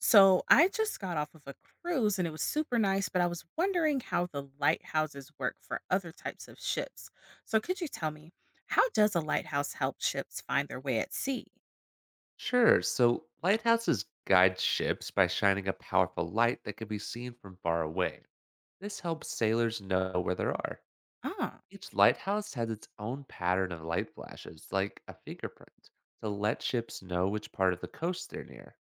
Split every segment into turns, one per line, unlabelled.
So I just got off of a cruise and it was super nice, but I was wondering how the lighthouses work for other types of ships. So could you tell me, how does a lighthouse help ships find their way at sea?
Sure. So lighthouses guide ships by shining a powerful light that can be seen from far away. This helps sailors know where they are.
Ah,
Each lighthouse has its own pattern of light flashes, like a fingerprint, to let ships know which part of the coast they're near.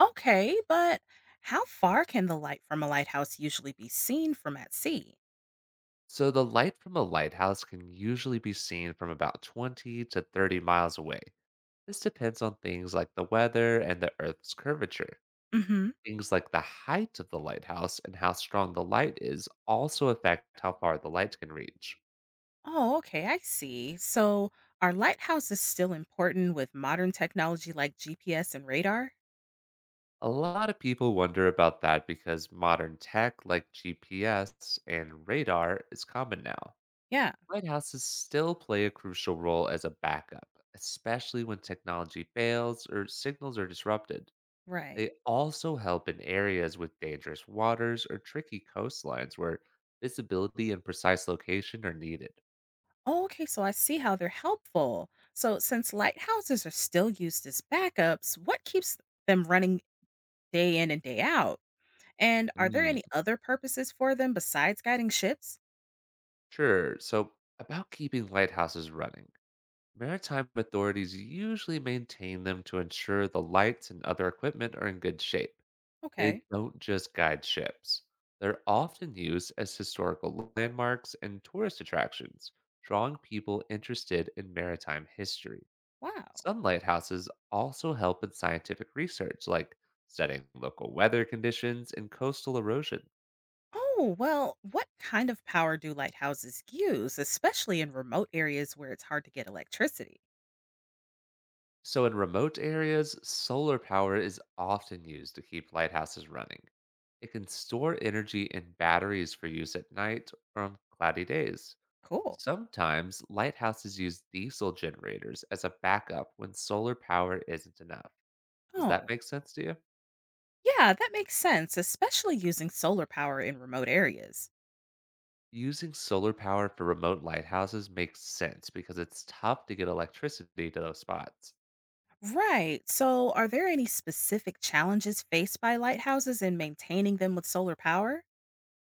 okay, but how far can the light from a lighthouse usually be seen from at sea?
So the light from a lighthouse can usually be seen from about 20 to 30 miles away. This depends on things like the weather and the Earth's curvature.
Mm-hmm.
Things like the height of the lighthouse and how strong the light is also affect how far the light can reach.
Oh, okay, I see. So are lighthouses still important with modern technology like GPS and radar?
A lot of people wonder about that because modern tech like GPS and radar is common now.
Yeah,
Lighthouses still play a crucial role as a backup, especially when technology fails or signals are disrupted.
right.
They also help in areas with dangerous waters or tricky coastlines where visibility and precise location are needed.
Oh, okay, so I see how they're helpful. So, since lighthouses are still used as backups, what keeps them running day in and day out? And are there any other purposes for them besides guiding ships?
Sure. So, about keeping lighthouses running, maritime authorities usually maintain them to ensure the lights and other equipment are in good shape.
Okay,
They don't just guide ships, they're often used as historical landmarks and tourist attractions, drawing people interested in maritime history.
wow.
Some lighthouses also help in scientific research, like studying local weather conditions and coastal erosion.
Oh, well, what kind of power do lighthouses use, especially in remote areas where it's hard to get electricity?
So, in remote areas, solar power is often used to keep lighthouses running. It can store energy in batteries for use at night or on cloudy days.
Cool.
Sometimes, lighthouses use diesel generators as a backup when solar power isn't enough. Does that
Oh,
make sense to you?
yeah, that makes sense, especially using solar power in remote areas.
Using solar power for remote lighthouses makes sense because it's tough to get electricity to those spots.
Right. So, are there any specific challenges faced by lighthouses in maintaining them with solar power?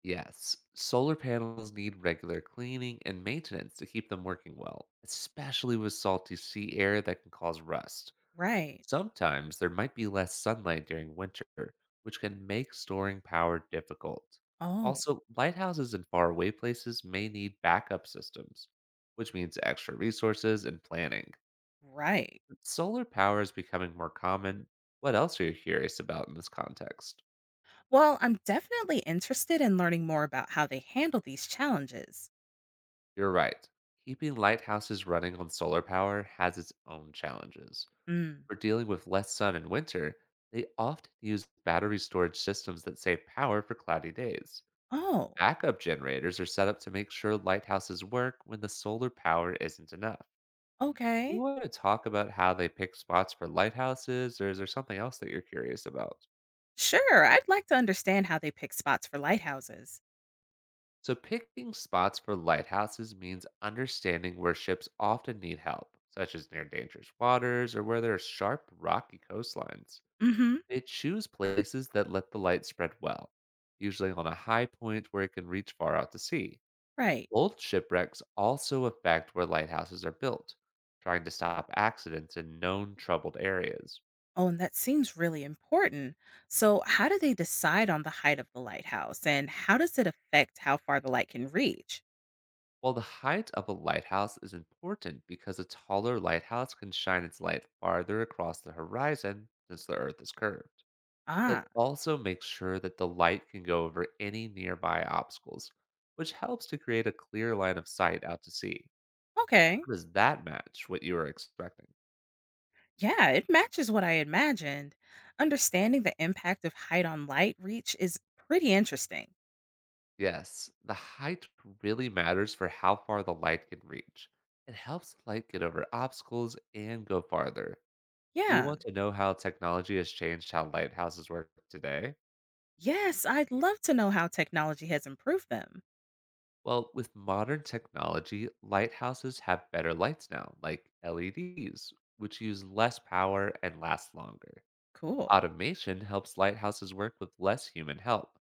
Yes, solar panels need regular cleaning and maintenance to keep them working well, especially with salty sea air that can cause rust.
Right.
Sometimes there might be less sunlight during winter, which can make storing power difficult.
Oh,
Also, lighthouses in faraway places may need backup systems, which means extra resources and planning.
right.
Solar power is becoming more common. What else are you curious about in this context?
Well, I'm definitely interested in learning more about how they handle these challenges.
You're right. Keeping lighthouses running on solar power has its own challenges.
Mm.
For dealing with less sun in winter, they often use battery storage systems that save power for cloudy days.
Oh,
Backup generators are set up to make sure lighthouses work when the solar power isn't enough. You
okay.
want to talk about how they pick spots for lighthouses, or is there something else that you're curious about?
Sure. I'd like to understand how they pick spots for lighthouses.
So, picking spots for lighthouses means understanding where ships often need help, such as near dangerous waters or where there are sharp, rocky coastlines.
Mm hmm.
They choose places that let the light spread well, usually on a high point where it can reach far out to sea.
Right.
Old shipwrecks also affect where lighthouses are built, trying to stop accidents in known troubled areas.
Oh, and that seems really important. So, how do they decide on the height of the lighthouse and how does it affect how far the light can reach?
Well, the height of a lighthouse is important because a taller lighthouse can shine its light farther across the horizon since the Earth is curved. It
Ah,
also makes sure that the light can go over any nearby obstacles, which helps to create a clear line of sight out to sea.
okay.
How does that match what you were expecting?
Yeah, it matches what I imagined. Understanding the impact of height on light reach is pretty interesting.
Yes, the height really matters for how far the light can reach. It helps light get over obstacles and go farther. Do you
Yeah.
want to know how technology has changed how lighthouses work today?
Yes, I'd love to know how technology has improved them.
Well, with modern technology, lighthouses have better lights now, like LEDs, which use less power and last longer.
Cool.
Automation helps lighthouses work with less human help,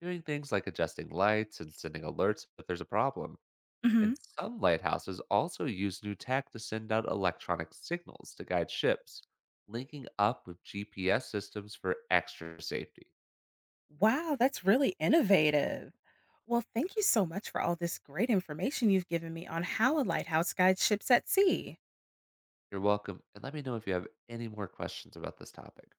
doing things like adjusting lights and sending alerts if there's a problem.
Hmm.
And some lighthouses also use new tech to send out electronic signals to guide ships, linking up with GPS systems for extra safety.
Wow, that's really innovative. Well, thank you so much for all this great information you've given me on how a lighthouse guides ships at sea.
You're welcome, and let me know if you have any more questions about this topic.